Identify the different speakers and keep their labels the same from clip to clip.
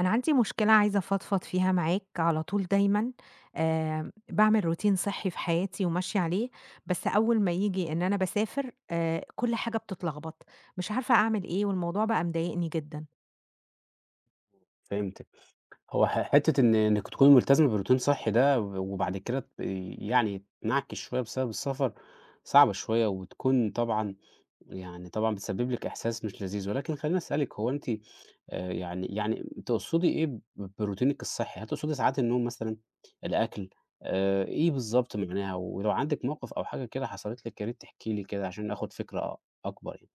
Speaker 1: أنا عندي مشكلة عايزة أفضفض فيها معاك على طول دايمًا، باعمل روتين صحّي في حياتي وماشية عليه، بس أول ما ييجي إن أنا باسافر كل حاجة بتتلخبط، مش عارفة أعمل إيه والموضوع بقى مضايقني جدًا.
Speaker 2: فهمتِك. هو حتّة إن إنِّك تكوني ملتزمة بروتين صحّي ده وبعد كده يعني تنعكِس شوية بسبب السفر، صعبة شوية وتكون طبعًا يعني طبعًا بتسبب لِك إحساس مش لذيذ، ولكن خلّيني أسألِك هو أنتِ يعني تقصدي إيه بروتينِك الصحّي؟ هل تقصدي ساعات النوم مثلًا، الأكل، إيه بالضبط معناها؟ ولو عندِك موقِف أو حاجة كده حصلت لِك يا ريت تحكي لي كده عشان آخُد فكرة أكبر يعني.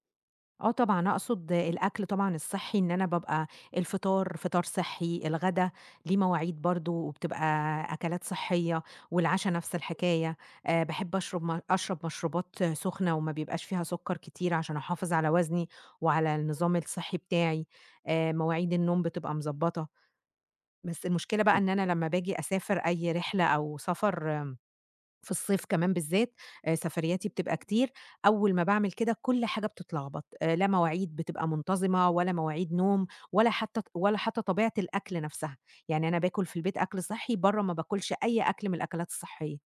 Speaker 1: آه طبعًا، أقصد الأكل طبعًا الصحّي، إن أنا بابقى الفطار فطار صحّي، الغدا ليه مواعيد برضه وبتبقى أكلات صحّية، والعشا نفس الحكاية. باحب أشرب م أشرب مشروبات سُخنة وما بيبقاش فيها سُكّر كتير عشان أحافظ على وزني وعلى النظام الصحّي بتاعي. مواعيد النوم بتبقى مضبّطة، بس المشكلة بقى إن أنا لمّا باجي أسافر أي رحلة أو سفر في الصيف كمان بالذات سفرياتي بتبقى كتير، أول ما باعمل كده كل حاجة بتتلخبط، لا مواعيد بتبقى منتظمة ولا مواعيد نوم ولا حتى طبيعة الأكل نفسها، يعني أنا باكل في البيت أكل صحّي، برّه ما باكلش أي أكل من الأكلات الصحية.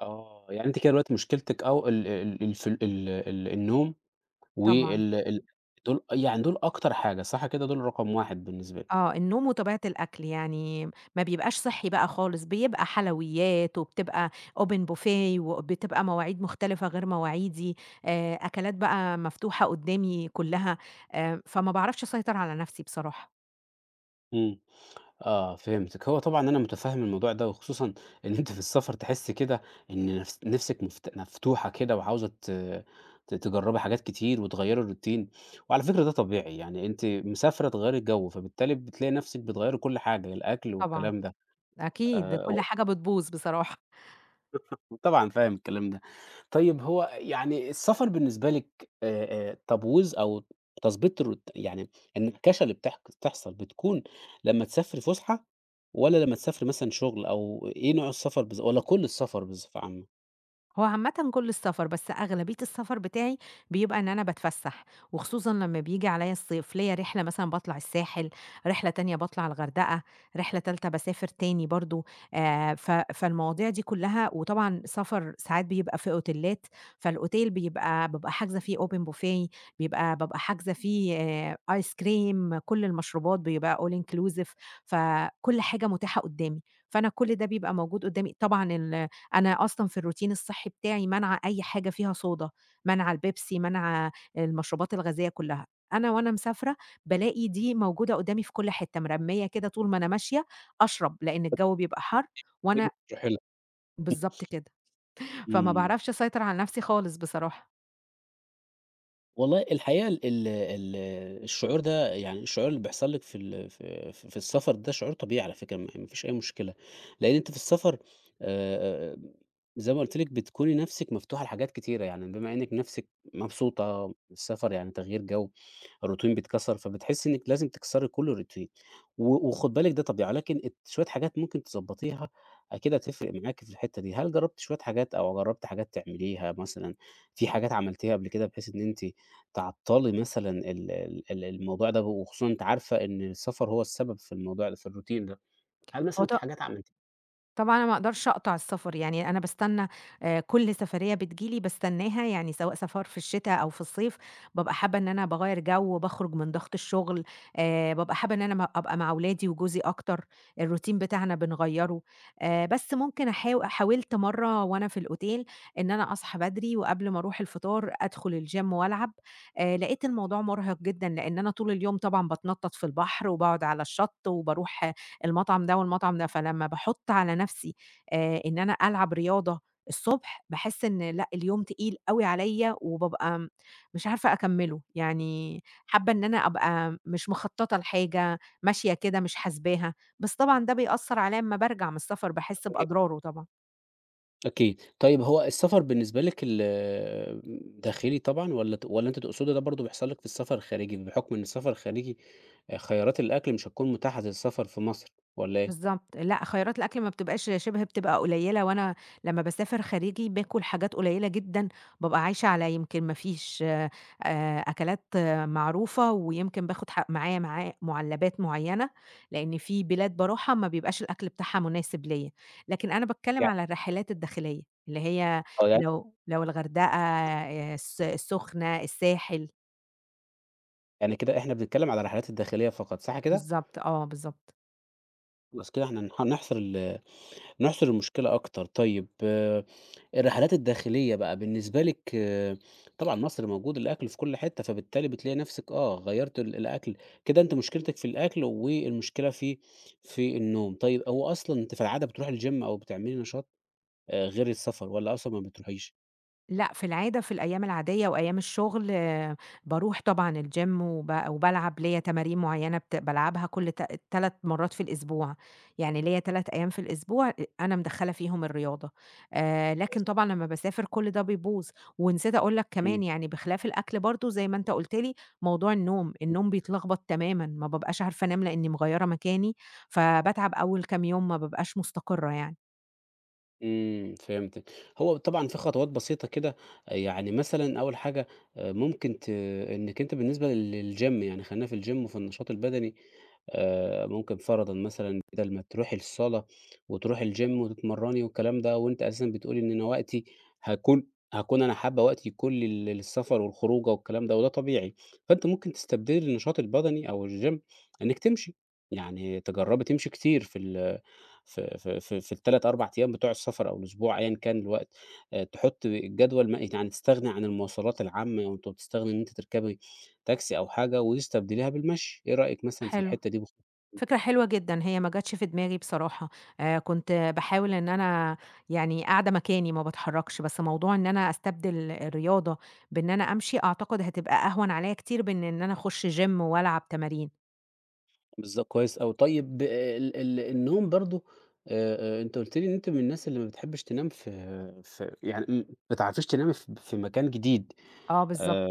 Speaker 2: آه. يعني أنتِ كده دلوقتي مشكلتِك أو ال النوم
Speaker 1: طبعًا،
Speaker 2: وال ال دول يعني دول أكتر حاجة، صح كده؟ دول رقم 1 بالنسبة لي.
Speaker 1: آه، النوم وطبيعة الأكل، يعني ما بيبقاش صحّي بقى خالص، بيبقى حلويات وبتبقى open buffet وبتبقى مواعيد مختلفة غير مواعيدي، أكلات بقى مفتوحة قدّامي كلّها، فما باعرفش أسيطر على نفسي بصراحة.
Speaker 2: إمم. آه، فهمتِك. هو طبعًا أنا مُتفهِّم الموضوع ده، وخصوصًا إن أنتِ في السفر تحسّي كده إن نِفسِك مفتوحة كده وعاوزة ت ت تجرّبي حاجات كتير وتغيّري الروتين، وعلى فكرة ده طبيعي، يعني أنتِ مسافرة تغيّري الجو، فبالتالي بتلاقي نَفْسِك بتغيّري كل حاجة، الأكل
Speaker 1: طبعًا،
Speaker 2: والكلام ده.
Speaker 1: أكيد
Speaker 2: آآ
Speaker 1: كل حاجة بتبوظ بصراحة.
Speaker 2: طبعًا فاهم الكلام ده. طيب هو يعني السفر بالنسبة لِك تبويظ أو تضبيط الروت يعني، النكاشة اللي بتحصل بتكون لمّا تسافري فُسحة والّا لمّا تسافري مثلًا شغل أو إيه نوع السفر والّا كل السفر بصفة عامة؟
Speaker 1: هو عامةً كل السفر، بس أغلبية السفر بتاعي بيبقى إن أنا باتفسّح، وخصوصًا لمّا بييجي عليَّ الصيف، ليّا رحلة مثلًا باطلع الساحل، رحلة تانية باطلع الغردقة، رحلة تالتة باسافر تاني برضه، ف فالمواضيع دي كلّها وطبعًا سفر ساعات بيبقى في أوتيلات، فالأوتيل بابقى حاجزة فيه open buffet، بابقى حاجزة فيه ice cream، كل المشروبات بيبقى all inclusive، فكل حاجة متاحة قدّامي، فأنا كل ده بيبقى موجود قدّامي. طبعًا أنا أصلًا في الروتين الصحّي بتاعي مانعة أي حاجة فيها صودا، مانعة البيبسي، مانعة المشروبات الغازية كلّها. أنا وأنا مسافرة بالاقي دي موجودة قدّامي في كل حتّة، مرميّة كده طول ما أنا ماشية أشرب، لإن الجو بيبقى حَر وأنا
Speaker 2: حلو.
Speaker 1: بالضبط كده، فما
Speaker 2: إمم.
Speaker 1: باعرفش أسيطر على نَفْسي خالص بصراحة.
Speaker 2: والله الحقيقة ال ال ال الشعور ده يعني الشعور اللي بيحصل لِك في ال في في في السفر ده شعور طبيعي على فكرة، ما فيش أي مشكلة، لأن أنتِ في السفر آآ، زي ما قُلت لِك بتكوني نَفْسِك مفتوحة لحاجات كتيرة، يعني بما إنِّك نَفْسِك مبسوطة، السفر يعني تغيير جو. الروتين بيتكسر، فبتحسّي إنِّك لازم تكسري كل روتين، وخُد بالِك ده طبيعي، ولكن شوية حاجات ممكن تضبّطيها أكيد هتفرق معاكِ في الحتّة دي. هل جرّبتِ شوية حاجات أو جرّبتِ حاجات تعمليها مثلًا، في حاجات عملتيها قبل كده بحيث إن أنتِ تعطّلي مثلًا ال ال ال الموضوع ده، وخصوصًا أنتِ عارفة إن السفر هو السبب في الموضوع ده، في الروتين ده، هل
Speaker 1: هو
Speaker 2: مثلًا
Speaker 1: ط
Speaker 2: في حاجات عملتيها
Speaker 1: طبعًا أنا ما أقدرش أقطع السفر، يعني أنا باستنى، كل سفرية بتيجي لي باستناها، يعني سواء سفر في الشتا أو في الصيف، بابقى حابة إن أنا باغيّر جو، باخرج من ضغط الشغل، بابقى حابة إن أنا أبقى مع ولادي وجوزي أكتر، الroutine بتاعنا بنغيّره. بس ممكن حاولت مرّة وأنا في الأوتيل إن أنا أصحى بدري وقبل ما أروح الفطار أدخل الgym وألعب، لقيت الموضوع مُرهق جدًا، لإن أنا طول اليوم طبعًا باتنطط في البحر وباقعد على الشط وباروح المطعم ده والمطعم ده، فلمّا باحُط على نَفْسي إن أنا ألعب رياضة الصبح، باحس إن لأ، اليوم تقيل أوي عليّا وبابقى مش عارفة أكمّله، يعني حابّة إن أنا أبقى مش مخطّطة لحاجة، ماشية كده مش حاسباها، بس طبعًا ده بيأثّر عليّا أمّا بارجع من السفر، باحس بأضراره طبعًا.
Speaker 2: أكيد. طيب هو السفر بالنسبة لِك ال داخلي طبعًا والّا أنتِ تقصدي ده برضه بيحصل لِك في السفر الخارجي، بحكم إن السفر الخارجي خيارات الأكل مش هتكون متاحة زي السفر في مصر والّا إيه؟
Speaker 1: بالضبط، لأ خيارات الأكل ما بتبقاش شبه، بتبقى قليّلة، وأنا لمّا باسافر خارجي باكل حاجات قليّلة جدًا، بابقى عايشة على، يمكن ما فيش أكلات آه معروفة، ويمكن باخد ح معايا معاه مُعلبات معيّنة، لإن في بلاد باروحها ما بيبقاش الأكل بتاعها مناسب ليّا، لكن أنا باتكلّم
Speaker 2: يع
Speaker 1: على الرحلات الداخلية، اللي هي
Speaker 2: آه، يعني
Speaker 1: لو الغردقة، آه، السخنة، الساحل،
Speaker 2: يعني كده إحنا بنتكلم على الرحلات الداخلية فقط صح كده؟
Speaker 1: بالضبط، آه بالضبط.
Speaker 2: خلاص كده إحنا نحصر ال نحصر المشكلة أكتر. طيب آه، الرحلات الداخلية بقى بالنسبة لِك آه، طبعًا مصر موجود الأكل في كل حتة، فبالتالي بتلاقي نفسِك آه، غيّرتِ الأكل، كده أنتِ مشكلتِك في الأكل والمشكلة في في النوم. طيب هو أصلًا أنتِ في العادة بتروحي الgym أو بتعملي نشاط غير السفر والّا أصلًا ما بتروحيش؟
Speaker 1: لأ، في العادة في الأيام العادية وأيام الشغل باروح طبعًا الgym، وبالعب ليّا تمارين معيّنة بالعبها كل 3 مرات في الأسبوع، يعني ليّا 3 أيام في الأسبوع أنا مدخّلة فيهم الرياضة،
Speaker 2: بس.
Speaker 1: لكن طبعًا لمّا باسافر كل ده بيبوظ. ونسيت أقول لك
Speaker 2: إمم،
Speaker 1: كمان، يعني بخلاف الأكل برضه زي ما أنت قُلت لي، موضوع النوم،
Speaker 2: إمم،
Speaker 1: النوم بيتلخبط تمامًا، ما بابقاش عارفة أنام لإنّي مغيّرة مكاني، فباتعب أول كام يوم ما بابقاش مستقرة يعني.
Speaker 2: إمم، فهمتِك. هو طبعًا في خطوات بسيطة كده آه، يعني مثلًا أول حاجة ممكن ت إنِّك أنتِ بالنسبة للgym يعني خلّينا في الgym وفي النشاط البدني ممكن فرضًا مثلًا بدل ما تروحي الصالة وتروحي الgym وتتمرّني والكلام ده، وأنتِ أساسًا بتقولي إن أنا وقتي هاكون هاكون أنا حابّة وقتي يكون للسفر والخروجة والكلام ده وده طبيعي، فأنتِ ممكن تستبدلي النشاط البدني أو الgym إنِّك تمشي، يعني تجرّبي تمشي كتير في ال في في في في ال3، 4 أيام بتوع السفر أو الأسبوع أيًا كان الوقت، تحُطّي الجدول ما يعني تستغني عن المواصلات العامة أو أنتِ بتستغني إن أنتِ تركبي تاكسي أو حاجة وتستبدليها بالمشي، إيه رأيِك مثلًا في
Speaker 1: حلو،
Speaker 2: الحتّة دي
Speaker 1: فكرة حلوة جدًا، هي ما جاتش في دماغي بصراحة، كنت باحاول إن أنا يعني قاعدة مكاني ما باتحركش، بس موضوع إن أنا أستبدل الرياضة بإن أنا أمشي، أعتقد هتبقى أهون عليَّ كتير من إن أنا أخش gym وألعب تمارين.
Speaker 2: بالضبط، كويس أوي. طيب ب- ال ال النوم برضه أنت قُلت لي إن أنت من الناس اللي ما بتحبش تنام في في يعني ما تعرفيش تنامي في في مكان جديد
Speaker 1: آه بالضبط.
Speaker 2: آآ،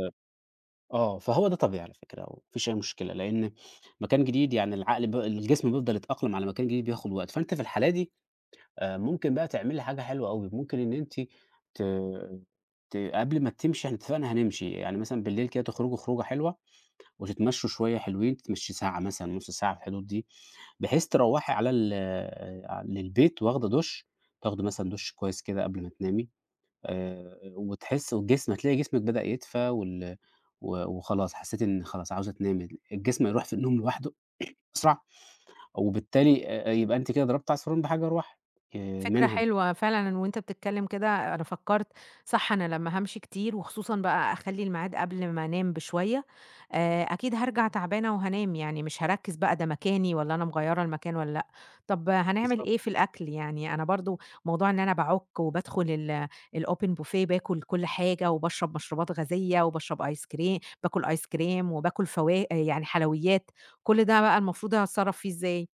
Speaker 2: آه، فهو ده طبيعي على فكرة وما فيش أي مشكلة، لإن مكان جديد يعني العقل ب الجسم بيفضل يتأقلم على مكان جديد بياخد وقت، فأنتِ في الحالة دي ممكن بقى تعملي حاجة حلوة أوي، ممكن إن أنتِ ت ت قبل ما تمشي إحنا اتفقنا هنمشي، يعني مثلًا بالليل كده تخرجوا خروجة حلوة وتتمشوا شوية حلوين، تتمشي ساعة مثلًا، نُص ساعة في الحدود دي، بحيث تروّحي على ال للبيت واخدة دُش، تاخدي مثلًا دُش كويس كده قبل ما تنامي، وتحسّي هتلاقي جسمِك بدأ يدفى و وخلاص حسّيتِ إن خلاص عاوزة تنامي، الجسم هيروح في النوم لوحده أسرع، وبالتالي يبقى أنتِ كده ضربتِ عصفورين بحجر واحد،
Speaker 1: فكرة
Speaker 2: منها
Speaker 1: حلوة فعلًا، وأنت بتتكلم كده أنا فكرت صح، أنا لمّا هامشي كتير وخصوصًا بقى أخلّي الميعاد قبل ما أنام بشوية، أكيد هارجع تعبانة وهانام، يعني مش هاركّز بقى ده مكاني والّا أنا مغيّرة المكان والّا لأ. طب هنعمل
Speaker 2: بالضبط.
Speaker 1: إيه في الأكل؟ يعني أنا برضه موضوع إن أنا باعُك وبادخل ال الopen buffet، باكل كل حاجة وباشرب مشروبات غازية وباشرب آيس كري باكل آيس كريم وباكل يعني حلويات، كل ده بقى المفروض أتصرّف فيه إزاي؟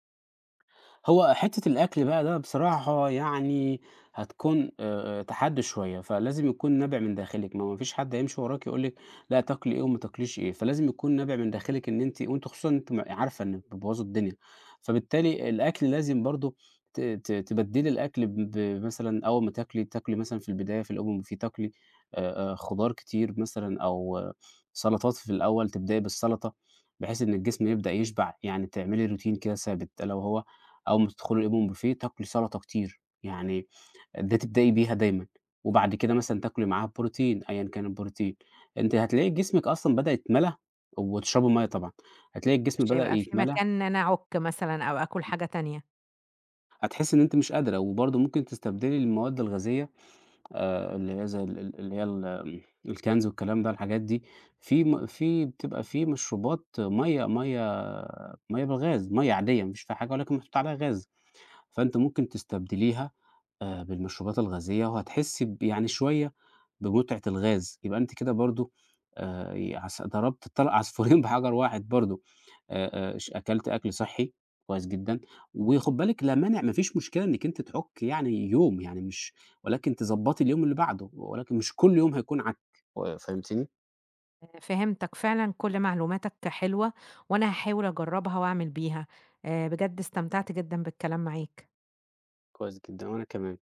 Speaker 2: هو حتّة الأكل بقى ده بصراحة يعني هتكون تحدّي شوية، فلازم يكون نابع من داخلِك، ما هو ما فيش حد هيمشي وراكِ يقول لِك لأ تاكلي إيه وما تاكليش إيه، فلازم يكون نابع من داخلِك إن أنتِ وأنتِ خصوصًا أنتِ عارفة إنِّك بتبوظي الدنيا، فبالتالي الأكل لازم برضه ت ت تبدّلي الأكل بمثلًا أول ما تاكلي، تاكلي مثلًا في البداية في الأول تاكلي خضار كتير مثلًا أو آه، سلطات في الأول، تبدئي بالسلطة بحيث إن الجسم يبدأ يشبع، يعني تعملي روتين كده ثابت، ألا وهو أول ما تدخلي لقيهم بوفيه تاكلي سلطة كتير، يعني ده تبدئي بيها دايمًا، وبعد كده مثلًا تاكلي معاها بروتين أيًا كان البروتين، أنتِ هتلاقي جسمِك أصلًا بدأ يتملى وتشربي مَيّة طبعًا، هتلاقي الجسم
Speaker 1: مش
Speaker 2: بدأ
Speaker 1: هيبقى في
Speaker 2: يتملى،
Speaker 1: مكان إن أنا أعُك مثلًا أو آكُل حاجة تانية.
Speaker 2: هتحسي إن أنتِ مش قادرة، وبرضه ممكن تستبدلي المواد الغازية اللي هي زي ال ال اللي هي ال الكنز والكلام ده الحاجات دي، في م في بتبقى في مشروبات مَيّة بالغاز، مَيّة عادية ما فيش فيها حاجة ولكن محطوط عليها غاز. فأنتِ ممكن تستبدليها بالمشروبات الغازية وهتحسّي يعني شوية بمتعة الغاز، يبقى أنتِ كده برضه ي عص ضربتِ عصفورين بحجر واحد برضه، ش أكلتِ أكل صحّي كويس جدًا، وخُدي بالِك لا مانع ما فيش مشكلة إنِّك أنتِ تعُكّي يعني يوم، يعني مش ولكن تضبّطي اليوم اللي بعده، ولكن مش كل يوم هيكون عَك فهمتيني؟
Speaker 1: فهمتك، فعلًا كل معلوماتك حلوة وأنا هاحاول أجرّبها وأعمل بيها. بجد استمتعت جدًا بالكلام معاك.
Speaker 2: كويس جدًا وأنا كمان.